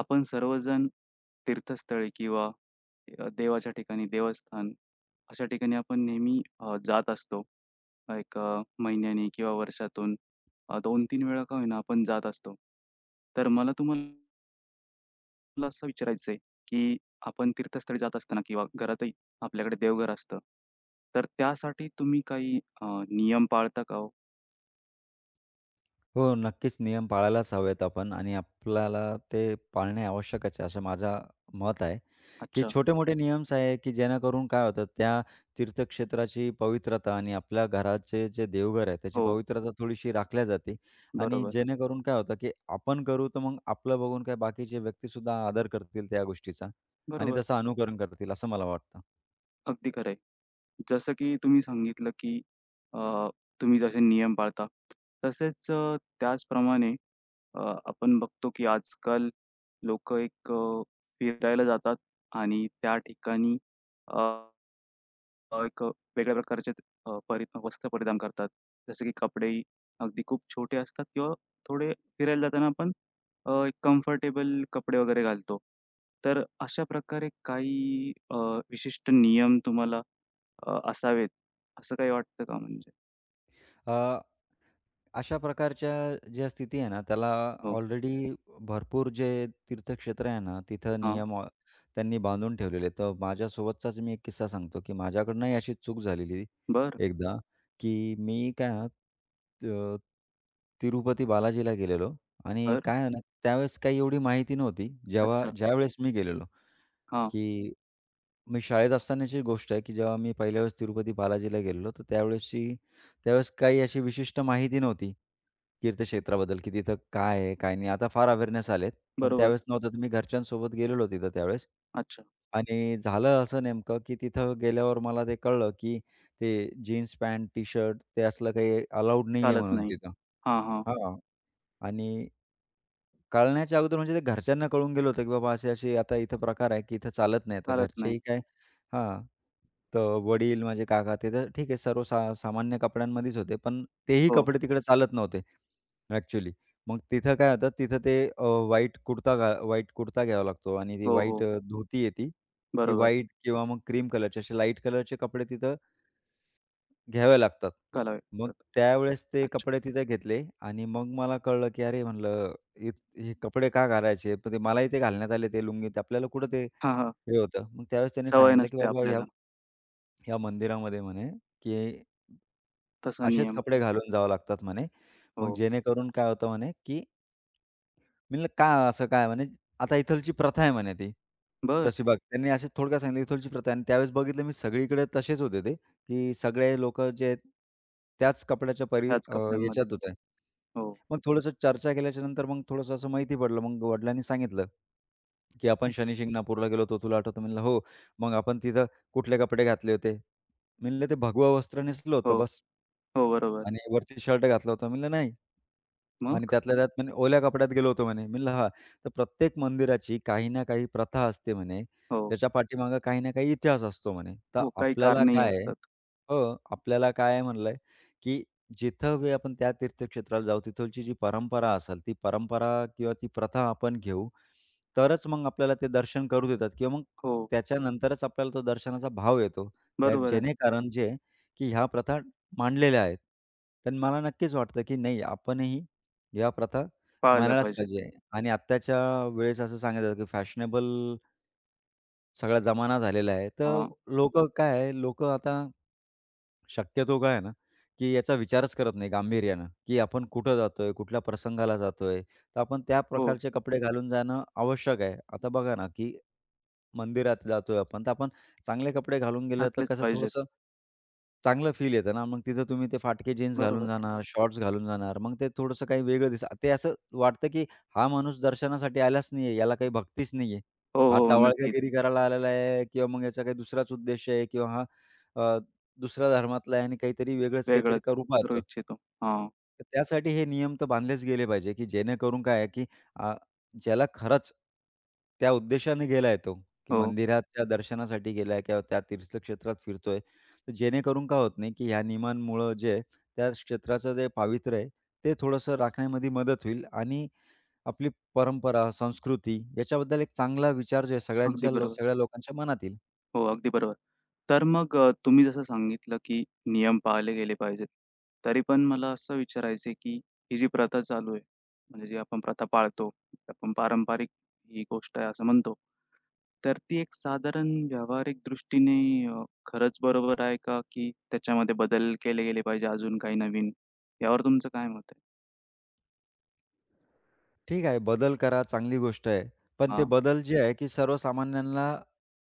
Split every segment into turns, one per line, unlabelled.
आपण सर्वजण तीर्थस्थळी किंवा देवाच्या ठिकाणी, देवस्थान अशा ठिकाणी आपण नेहमी जात असतो. एक महिन्याने किंवा वर्षातून 2-3 वेळा का होईना आपण जात असतो. तर मला तुम्हाला असं विचारायचंय, की आपण तीर्थस्थळी जात असताना किंवा घरातही आपल्याकडे देवघर असतं. तर त्यासाठी तुम्ही काही नियम पाळता का हो?
हो, नक्कीच नियम पाळायलाच हवेत आपण आणि आपल्याला ते पाळणे आवश्यकच आहे, असं माझं मत आहे, की
अच्छा.
छोटे-मोठे नियम्स आहे, की जेणेकरून काय होतं त्या तीर्थक्षेत्राची पवित्रता आणि आपल्या घराचे जे देवघर आहे, त्याची
हो.
पवित्रता थोडीशी राखल्या जाते आणि
बरोबर,
जेणेकरून काय होतं, की आपण करू तर मग आपलं बघून काय बाकीचे व्यक्तीसुद्धा आदर करतील त्या गोष्टीचा आणि
बरोबर.
तसं अनुकरण करतील असं मला वाटतं.
अगदी खरं. जसं की तुम्ही सांगितलं की अ, तुम्ही जसे नियम पाळता. तसेच त्याचप्रमाणे अ, आपण बघतो की आजकाल लोकं एक फिरायला जातात आणि त्या ठिकाणी अ अ, एक वेगळ्या प्रकारचे परि वस्त्र परिधान करतात. जसे की कपडेही अगदी खूप छोटे असतात किंवा थोडे फिरायला जाताना आपण अ, कम्फर्टेबल कपडे वगैरे घालतो. तर अशा प्रकारे काही विशिष्ट नियम तुम्हाला असावेत, असं काही वाटतं का म्हणजे?
अ अशा प्रकारच्या ज्या स्थिती आहे ना, त्याला
हो.
ऑलरेडी भरपूर जे तीर्थक्षेत्र आहे ना, तिथं
हां.
नियम त्यांनी बांधून ठेवलेले आहेत. तर माझ्यासोबतचाच मी एक किस्सा सांगतो, की माझ्याकडनंही अशी चूक झालेली
बरं,
एकदा, की मी काय ना, अ, तिरुपती बालाजीला गेलेलो आणि
बरं.
काय आहे ना, त्यावेळेस काही एवढी माहिती नव्हती. जेव्हा
अच्छा.
ज्यावेळेस मी गेलेलो.
हां.
की मी शाळेत असतानाची गोष्ट आहे, की जेव्हा मी पहिल्या वेळेस तिरुपती बालाजीला गेलेलो, तर त्यावेळेस काही अशी विशिष्ट माहिती नव्हती तीर्थक्षेत्राबद्दल, की तिथं काय आहे, काय नाही. आता फार अवेअरनेस आलेत, पण
बरोबर.
त्यावेळेस नव्हतं. तर मी घरच्यांसोबत गेलेलो तिथं त्यावेळेस
अच्छा.
आणि झालं असं नेमकं, की तिथं गेल्यावर मला ते कळलं, की ते जीन्स पॅन्ट, टी-शर्ट ते असलं काही अलाउड नाही आहे
चालत
म्हणून
नाही.
तिथं.
हां, हां.
हां. आणि कळण्याच्या अगोदर म्हणजे ते घरच्यांना कळून गेलं होतं, की बाबा असे-असे आता इथं प्रकार आहे, की इथं चालत नाही. तर
चालत नाही.
घरचेही काय हां, तर वडील माझे काका ते तर ठीक आहे सर्व सामान्य कपड्यांमध्येच होते. पण तेही
हो.
कपडे तिकडे चालत नव्हते ॲक्चुअली. मग तिथं काय होतं तिथं ते व्हाईट कुर्ता घ्यावा लागतो आणि ती
हो,
व्हाईट
हो.
धोती आहे ती. ती
बरोबर.
व्हाईट किंवा मग क्रीम कलरचे असे लाईट कलरचे कपडे तिथं घ्याव्या लागतात.
घालावे
मग
लागतात.
त्यावेळेस ते
अच्छा.
कपडे तिथे घेतले आणि मग मला कळलं, की अरे म्हणलं हे कपडे का घालायचे? पण ते मलाही ते घालण्यात आले ते लुंगी ते आपल्याला कुठं ते
हां, हां.
हे होतं. मग त्यावेळेस त्यांनी
सवय
सांगितलं, की
नसते
बाबा ह्या
आपल्याला.
ह्या मंदिरामध्ये म्हणे, की
तसा
असेच
नियम.
कपडे घालून जावं लागतात म्हणे.
हो.
मग जेणेकरून काय होतं म्हणे, की मी म्हणलं, "का असं काय?" म्हणे, "आता इथलची प्रथा आहे" म्हणे ती.
बरं!
तशी बघ त्यांनी असे थोडक्यात सांगितलं, "इथलची प्रथा आहे" आणि त्यावेळेस बघितलं मी सगळीकडे तसेच होते ते, की सगळे लोकं जे आहेत, त्याच
ह्याच कपड्यांमध्ये.
याच्यात होते.
हो.
मग थोडंसं चर्चा केल्याच्यानंतर मग थोडंसं असं माहिती पडलं. मग वडिलांनी सांगितलं, की "आपण शनी शिंगणापूरला गेलो होतो, तुला आठवतं?" म्हणलं, "हो." "मग आपण तिथं कुठले कपडे घातले होते?" मी म्हणलं, "ते भगवं वस्त्र नेसलं
हो,
होतं बस."
हो. बरोबर.
आणि वरती शर्ट घातला होता. म्हणलं नाही. आणि
मग?
त्यातल्या त्यात म्हणे ओल्या कपड्यात गेलो होतो म्हणे. म्हणलं हां. तर प्रत्येक मंदिराची काही ना काही प्रथा असते म्हणे.
हो.
त्याच्या पाठीमागे काही ना काही इतिहास असतो म्हणे. तर
हो, काही
आपल्याला
कारणंही
काय
असतात.
हो, आपल्याला काय आहे म्हणलंय, की जिथं बी आपण त्या तीर्थक्षेत्राला जाऊ, तिथलची जी परंपरा असेल, ती परंपरा किंवा ती प्रथा आपण घेऊ, तरच मग आपल्याला ते दर्शन करू देतात किंवा मग
हो.
त्याच्यानंतरच आपल्याला तो दर्शनाचा भाव येतो. त्या
बरोबर आहे.
जेणेकरून जे आहे, की ह्या प्रथा मांडलेल्या आहेत. तर मला नक्कीच वाटतं, की नाही आपणही ह्या प्रथा
पाळल्या
मानायलाच
पाहिजेत.
पाहिजे आणि आत्ताच्या वेळेस असं सांगितलं, की फॅशनेबल सगळा जमाना झालेला आहे. तर
हां.
लोकं काय आहे, लोक आता शक्यतो काय आहे ना, की याचा विचारच करत नाही गांभीर्यानं, की आपण कुठं जातोय, कुठल्या प्रसंगाला जातोय, तर आपण त्या
हो.
प्रकारचे कपडे घालून जाणं आवश्यक आहे. आता बघा ना, की मंदिरात जातोय आपण, तर आपण चांगले कपडे घालून गेलं तर
घातलेच
कसं
पाहिजेत.
थोडंसं चांगलं फील येतं ना. मग तिथं तुम्ही ते फाटके जीन्स घालून
बरोबर.
जाणार, शॉर्ट्स घालून जाणार, मग ते थोडंसं काही वेगळं दिसतं. ते असं वाटतं, की हा माणूस दर्शनासाठी आलाच नाहीये, याला काही भक्तीच नाहीये.
हो,
हा
हो. हो, नक्कीच.
टवाळक्यागिरी करायला आलेला आहे किंवा मग याचा काही दुसराच उद्देश आहे किंवा हा अ, दुसऱ्या धर्मातला आहे आणि काहीतरी वेगळंच काहीतरी
वेगळंच
करू
करू
पाहतो.
इच्छितो. हां.
तर त्यासाठी हे नियम तर बांधलेच गेले पाहिजे, की जेणेकरून काय आहे, की अ, ज्याला खरंच त्या उद्देशाने गेलाय तो, की
हो.
मंदिराच्या दर्शनासाठी गेलाय किंवा त्या तीर्थक्षेत्रात फिरतोय, तर जेणेकरून काय होत नाही, की ह्या नियमांमुळं जे आहे, त्या क्षेत्राचं जे पावित्र्य आहे, ते थोडंसं राखण्यामध्ये मदत होईल आणि आपली परंपरा, संस्कृती याच्याबद्दल एक चांगला विचार जे आहे
अगदी बरोबर.
सगळ्या लोकांच्या मनात येईल.
हो, अगदी बरोबर. तर मग तुम्ही जसं सांगितलं, की नियम पाळले गेले पाहिजेत. तरी पण मला असं विचारायचं आहे, की ही जी प्रथा चालू आहे, म्हणजे जी आपण प्रथा पाळतो, आपण पारंपरिक ही गोष्ट आहे असं म्हणतो. तर ती एक साधारण व्यावहारिक दृष्टीने खरंच बरोबर आहे का, की त्याच्यामध्ये बदल केले गेले पाहिजे अजून काही नवीन? यावर तुमचं काय मत आहे?
ठीक आहे, बदल करा, चांगली गोष्ट आहे. पण ते
हां,
बदल जे आहे, की सर्वसामान्यांना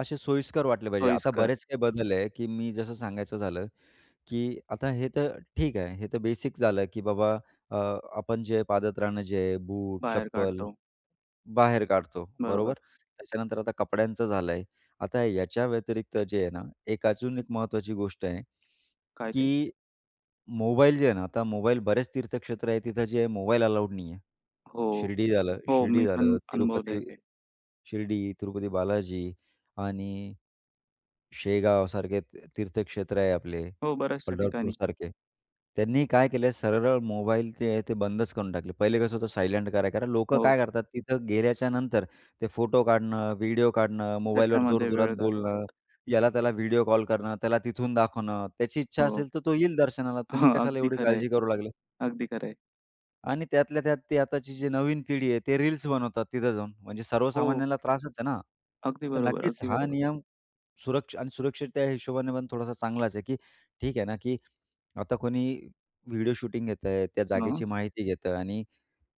असे सोयीस्कर वाटले पाहिजे. आता
सोयीस्कर.
बरेच काही बदल आहे, की मी जसं सांगायचं झालं, की आता हे तर ठीक आहे, हे तर बेसिक झालं, की बाबा अ, आपण जे पादत्राणं जे आहे, बूट,
बाहेर
चप्पल
काढतो.
बाहेर काढतो, बरोबर.
बरोबर.
त्याच्यानंतर आता कपड्यांचं झालंय. आता याच्या व्यतिरिक्त जे आहे ना, एक महत्त्वाची गोष्ट आहे,
काय ते?
की मोबाईल जे आहे ना, आता मोबाईल बरेच तीर्थक्षेत्र आहे तिथं जे आहे मोबाईल अलाउड नाही आहे.
हो, हो.
शिर्डी
मी पण
झालं,
अनुभवलंय
तिरुपती
हे.
शिर्डी, तिरुपती बालाजी आणि शेगावसारखे तीर्थक्षेत्र आहे आपले.
हो, बऱ्याचशा ठिकाणी.
पंढरपूरसारखे. त्यांनी काय केलं सरळ मोबाईल ते ते बंदच करून टाकले. पहिले कसं होतं सायलेंट करायला कारण लोकं
हो,
काय करतात तिथं गेल्याच्यानंतर ते फोटो काढणं, व्हिडिओ काढणं, मोबाईलवर
त्याच्यामध्ये
जोरजोरात
वेळ घालवतात.
बोलणं, याला त्याला व्हिडिओ कॉल करणं, त्याला तिथून दाखवणं. त्याची इच्छा
हो.
असेल तर तो येईल दर्शनाला. तुम्ही
हां,
कशाला
अगदी
एवढी
खरं आहे.
काळजी करू लागले?
अगदी खरं आहे.
आणि त्यातल्या त्यात ती आताची जी नवीन पिढी आहे ते रील्स बनवतात तिथं जाऊन. म्हणजे
हो,
सर्वसामान्याला त्रासच आहे ना.
अगदी
तर
बरोबर,
नक्कीच
अगदी
हा
बरोबर.
नियम आणि सुरक्षित त्या हिशोबाने पण थोडासा चांगलाच आहे, की ठीक आहे ना, की आता कोणी व्हिडिओ शूटिंग घेतंय, त्या
हां.
जागेची माहिती घेतं आणि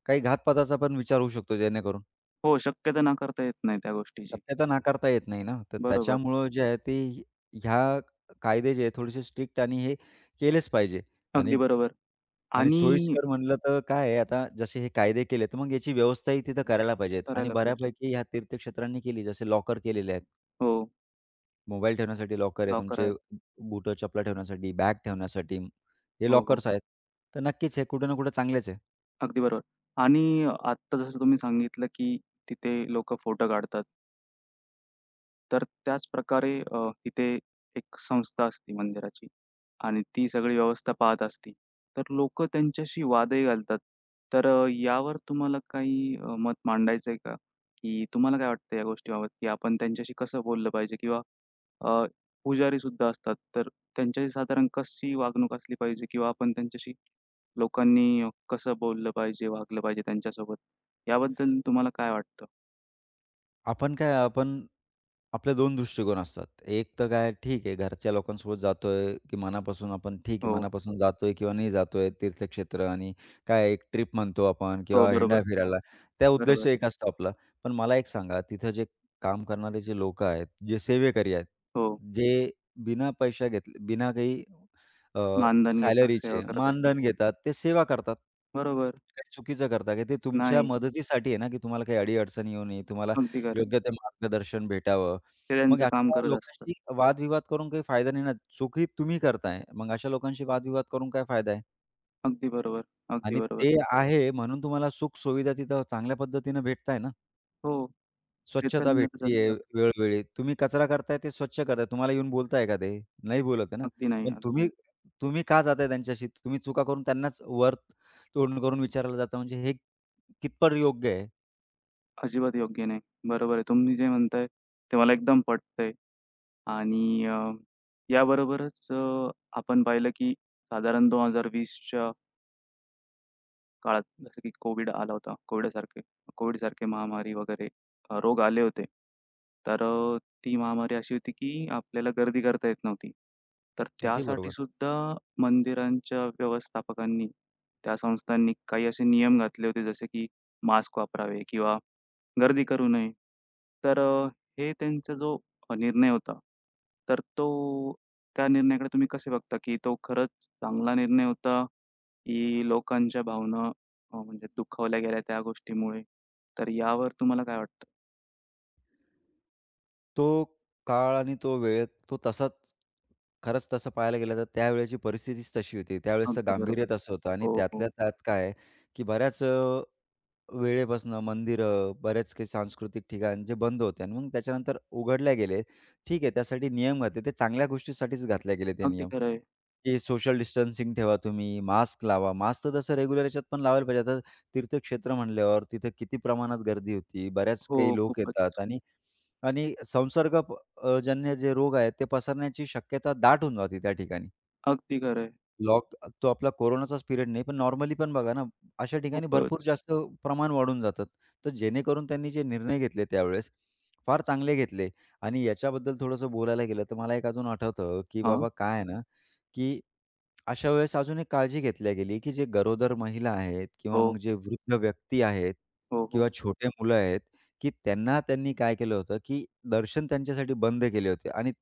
काही घातपाताचा पण विचार होऊ शकतो जेणेकरून.
हो, शक्यता नाकारता येत नाही त्या गोष्टीची.
शक्यता नाकारता येत नाही ना, तर
बरोबर.
त्याच्यामुळं जे आहे ते ह्या कायदे जे आहेत थोडेसे स्ट्रिक्ट आणि हे केलेच पाहिजे आणि
अगदी बरोबर.
आणि
आणि
सोयीस्कर म्हटलं तर काय आहे आता जसे हे कायदे केले, तर मग याची व्यवस्थाही तिथं करायला पाहिजेत आणि
करायला पाहिजे.
बऱ्यापैकी ह्या तीर्थक्षेत्रांनी केली, जसे लॉकर केलेले आहेत.
हो,
मोबाईल ठेवण्यासाठी लॉकर आहे,
लॉकर
तुमचे
आहे.
बूट, चपला ठेवण्यासाठी, बॅग ठेवण्यासाठी हे
हो, हो.
लॉकर्स आहेत. तर नक्कीच हे कुठे ना कुठे चांगलेच आहे.
अगदी बरोबर. आणि आत्ता जसं तुम्ही सांगितलं, की तिथे लोकं फोटो काढतात. तर त्याचप्रकारे तिथे एक संस्था असते मंदिराची आणि ती सगळी व्यवस्था पाहत असते. तर लोक त्यांच्याशी वादही घालतात. तर यावर तुम्हाला काही मत मांडायचं आहे का? की तुम्हाला काय वाटतं या गोष्टीबाबत, की आपण त्यांच्याशी कसं बोललं पाहिजे? किंवा अ, पुजारीसुद्धा असतात, तर त्यांच्याशी साधारण कशी वागणूक असली पाहिजे? किंवा आपण त्यांच्याशी लोकांनी कसं बोललं पाहिजे, वागलं पाहिजे त्यांच्यासोबत? याबद्दल तुम्हाला काय वाटतं?
आपण आपले 2 दृष्टिकोन असतात. एक तर काय ठीक आहे, घरच्या लोकांसोबत जातोय, की मनापासून आपण ठीक आहे,
हो.
मनापासून जातोय किंवा नाही जातोय तीर्थक्षेत्र आणि काय एक ट्रिप म्हणतो आपण
हो,
किंवा हिंडा
बरोबर.
फिरायला, त्या उद्देश
बरोबर.
एक असतो आपला. पण मला एक सांगा, तिथं जे काम करणारे जे लोकं आहेत, जे सेवेकरी आहेत,
हो.
जे बिना पैसा घेतले, बिना काही
मानधन घेतात, सेवा
सॅलरीचे
करत असतात.
मानधन घेतात, ते सेवा करतात.
बरोबर.
काही चुकीचं करता का? ते तुमच्या
नाही,
मदतीसाठी आहे ना, की तुम्हाला काही अडी-अडचणी येऊ नये, तुम्हाला
अगदी खरं.
योग्य ते मार्गदर्शन भेटावं.
ते
मग
त्यांचं काम
अशा
करत असतात.
लोकांशी वादविवाद करून काही फायदा नाही ना. सुखी तुम्ही करताय. मग अशा लोकांशी वादविवाद करून काय फायदा आहे?
अगदी बरोबर, अगदी
आणि
बरोबर.
ते आहे म्हणून तुम्हाला सुख-सुविधा तिथं चांगल्या पद्धतीनं भेटताय ना.
हो, ते तर
स्वच्छता
मिळतच
भेटतीये
असतात.
वेळोवेळी. तुम्ही कचरा करताय ते स्वच्छ करताय. तुम्हाला येऊन बोलताय का ते? नाही बोलत आहे ना.
अगदी नाही,
पण
अग-.
तुम्ही तुम्ही का जाताय त्यांच्याशी? तुम्ही चुका करून त्यांनाच वर तोंड करून विचारायला जाता म्हणजे हे कितपत योग्य आहे?
अजिबात योग्य नाही. बरोबर आहे. तुम्ही जे म्हणताय ते मला एकदम पटतंय. आणि याबरोबरच आपण पाहिलं की साधारण 2020च्या काळात जसं की कोविड आला होता. कोविडसारखे कोविडसारखे महामारी वगैरे रोग आले होते. तर ती महामारी अशी होती की आपल्याला गर्दी करता येत नव्हती. तर
अगदी
त्यासाठी
बरोबर.
सुद्धा मंदिरांच्या व्यवस्थापकांनी, त्या संस्थांनी काही असे नियम घातले होते जसे की मास्क वापरावे किंवा गर्दी करू नये. तर हे त्यांचा जो निर्णय होता, तर तो त्या निर्णयाकडे तुम्ही कसे बघता की तो खरंच चांगला निर्णय होता, की लोकांच्या भावना हो, म्हणजे दुखावल्या गेल्या त्या गोष्टीमुळे. तर यावर तुम्हाला काय वाटतं?
तो काळ आणि तो वेळ तो तसाच खरंच तसं पाहायला गेलं तर त्यावेळेची परिस्थितीच तशी होती. त्यावेळेसचं
अगदी
गांभीर्य
बरोबर.
तसं होतं आणि
हो, हो.
त्यातल्या त्यात काय आहे, की बऱ्याच वेळेपासनं मंदिरं, बरेच काही सांस्कृतिक ठिकाण जे बंद होते आणि मग त्याच्यानंतर उघडल्या गेले. ठीक आहे, त्यासाठी नियम घातले. ते चांगल्या गोष्टीसाठीच घातले गेले ते
अगदी
नियम.
खरं आहे.
की सोशल डिस्टन्सिंग ठेवा तुम्ही, मास्क लावा. मास्क तर तसं रेग्युलर याच्यात पण लावायला पाहिजे. आता तीर्थक्षेत्र म्हणल्यावर तिथे किती प्रमाणात गर्दी होती, बऱ्याच
हो,
काही लोक
खूपच.
येतात आणि आणि संसर्ग प अ, जन्य जे रोग आहेत ते पसरण्याची शक्यता दाट होऊन जाते त्या ठिकाणी.
अगदी खरं आहे.
लॉक तो आपला कोरोनाचाच पिरियड नाही, पण नॉर्मली पण बघा ना, अशा ठिकाणी भरपूर
खूपच.
जास्त प्रमाण वाढून जातात. तर जेणेकरून त्यांनी जे निर्णय घेतले त्यावेळेस, फार चांगले घेतले आणि याच्याबद्दल थोडंसं बोलायला गेलं तर मला एक अजून आठवतं, की
हां.
बाबा काय आहे ना, की अशा वेळेस अजून एक काळजी घेतल्या गेली, की जे गरोदर महिला आहेत किंवा
हो,
मग जे वृद्ध व्यक्ती आहेत
हो, हो.
किंवा छोटे मुलं आहेत, की त्यांना त्यांनी काय केलं होतं, की दर्शन त्यांच्यासाठी बंद केले होते आणि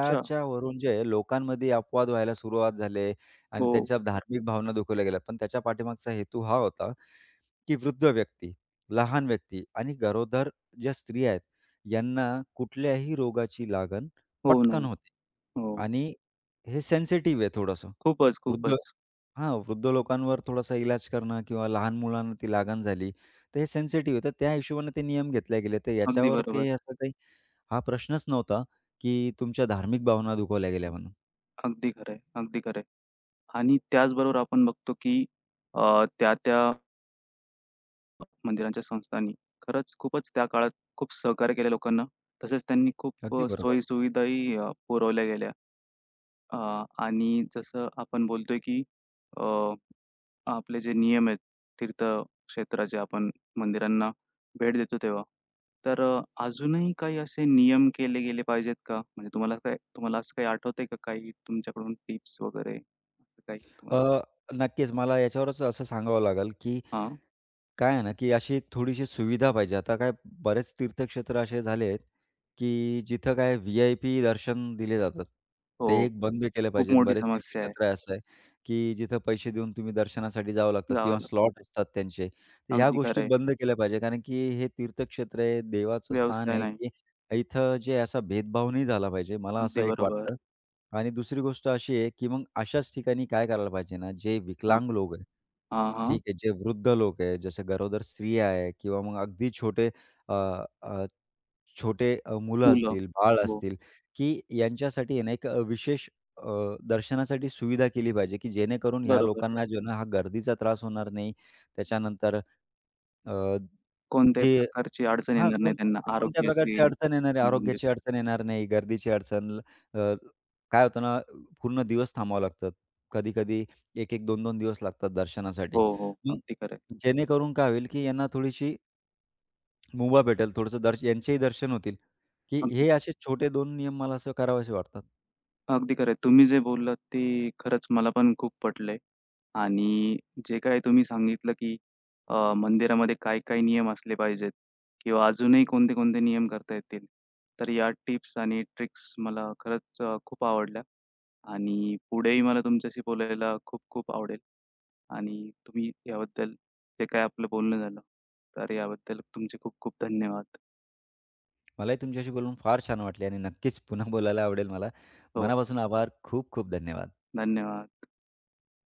अच्छा.
जे लोकांमध्ये अपवाद व्हायला सुरुवात झाले. आणि
हो,
त्यांच्या धार्मिक भावना दुखवल्या गेल्या. पण त्याच्या पाठीमागचा हेतू हा होता, की वृद्ध व्यक्ती, लहान व्यक्ती आणि गरोदर ज्या स्त्रिया आहेत, यांना कुठल्याही रोगाची लागण
होऊ
पटकन
नये.
होते
हो.
आणि हे सेन्सिटिव्ह आहे थोडंसं.
खूपच,
वृद्ध
खूपच.
वृद्ध लोकांवर थोडासा इलाज करणं किंवा लहान मुलांना ती लागण झाली, तर हे सेन्सिटिव्ह आहे. त्या हिशोबाने ते नियम घेतले गेले. तर
अगदी
याच्यावर
बरोबर.
काही असं काही हा प्रश्नच नव्हता, की तुमच्या धार्मिक भावना दुखावल्या गेल्या म्हणून.
अगदी खरं आहे. अगदी खरं आहे. आणि त्याचबरोबर आपण बघतो, की त्या-त्या मंदिरांच्या संस्थांनी खरंच खूपच त्या काळात खूप सहकार्य केल्या लोकांना. तसेच त्यांनी खूप
अगदी बरोबर.
सोयी-सुविधाही पुरवल्या गेल्या. अ, आणि जसं आपण बोलतोय की अ, आपले जे नियम आहेत, तीर्थक्षेत्राचे आपण मंदिरांना भेट देतो तेव्हा. तर अजूनही काही असे नियम केले गेले पाहिजेत का? म्हणजे तुम्हाला काय तुम्हाला असं काही आठवतंय का काही तुमच्याकडून टिप्स वगैरे असं काही तुम्हाला?
अ, नक्कीच मला याच्यावरच असं सांगावं लागेल, की
हां.
काय आहे ना, की अशी एक थोडीशी सुविधा पाहिजे. आता काय बरेच तीर्थक्षेत्र असे झाले आहेत, की जिथं काय व्ही-आय-पी दर्शन दिले जातात.
हो,
ते एक बंद केलं पाहिजे
खूप
आणि
मोठी
बरेच
समस्या आहे.
तीर्थक्षेत्र असं आहे, की जिथं पैसे देऊन तुम्ही दर्शनासाठी जावं लागतात
जावं
किंवा
लागतं.
स्लॉट असतात त्यांचे. तर ह्या
अगदी
गोष्टी
खरं आहे.
बंद केल्या पाहिजे. कारण की हे तीर्थक्षेत्र आहे, देवाचं स्थान
व्यवसाय
आहे,
नाही.
की इथं जे असा भेदभाव नाही झाला पाहिजे. मला असं
अगदी
एक
बरोबर.
वाटतं. आणि दुसरी गोष्ट अशी आहे, की मग अशाच ठिकाणी काय करायला पाहिजे ना, जे
हां,
विकलांग लोक आहे,
हां, हां.
ठीक आहे, जे वृद्ध लोक आहे, जसं गरोदर स्त्रिया आहे किंवा मग अगदी अ, अ, छोटे मुलं
मुलं.
असतील, बाळ
हो,
असतील, की यांच्यासाठी आहे ना विशेष अ, दर्शनासाठी सुविधा केली पाहिजे, की जेणेकरून ह्या
बरोबर.
लोकांना जो ना हा गर्दीचा त्रास होणार नाही. त्याच्यानंतर अ,
कोणत्याही
जे
प्रकारची अडचण
हां,
येणार नाही त्यांना
कोणत्या
आरोग्याशी
प्रकारची अडचण येणार आहे,
संबंधित.
आरोग्याची अडचण येणार नाही, अ, काय होतं ना, पूर्ण दिवस थांबावं लागतं. कधी-कधी एक-एक 2-2 दिवस लागतात
हो,
दर्शनासाठी.
हो.
मग
अगदी खरं आहे.
जेणेकरून काय होईल, की यांना थोडीशी मुभा भेटेल, थोडंसं दर्श यांचेही दर्शन होतील, की
अगदी
हे असे छोटे 2 नियम मला असं करावेसे वाटतात.
अगदी खरं आहे. तुम्ही जे बोललात ते खरंच मला पण खूप पटलंय आणि जे काही तुम्ही सांगितलं, की मंदिरामध्ये काय-काय नियम असले पाहिजेत किंवा अजूनही कोणते-कोणते नियम करता येतील. तर या टिप्स आणि ट्रिक्स मला खरंच खूप आवडल्या आणि पुढेही मला तुमच्याशी बोलायला खूप-खूप आवडेल आणि तुम्ही याबद्दल जे काही आपलं बोलणं झालं, तर याबद्दल तुमचे खूप-खूप धन्यवाद.
मलाही तुमच्याशी बोलून फार छान वाटले आणि नक्कीच पुन्हा बोलायला आवडेल मला.
हो,
मनापासून आभार. खूप खूप धन्यवाद.
धन्यवाद.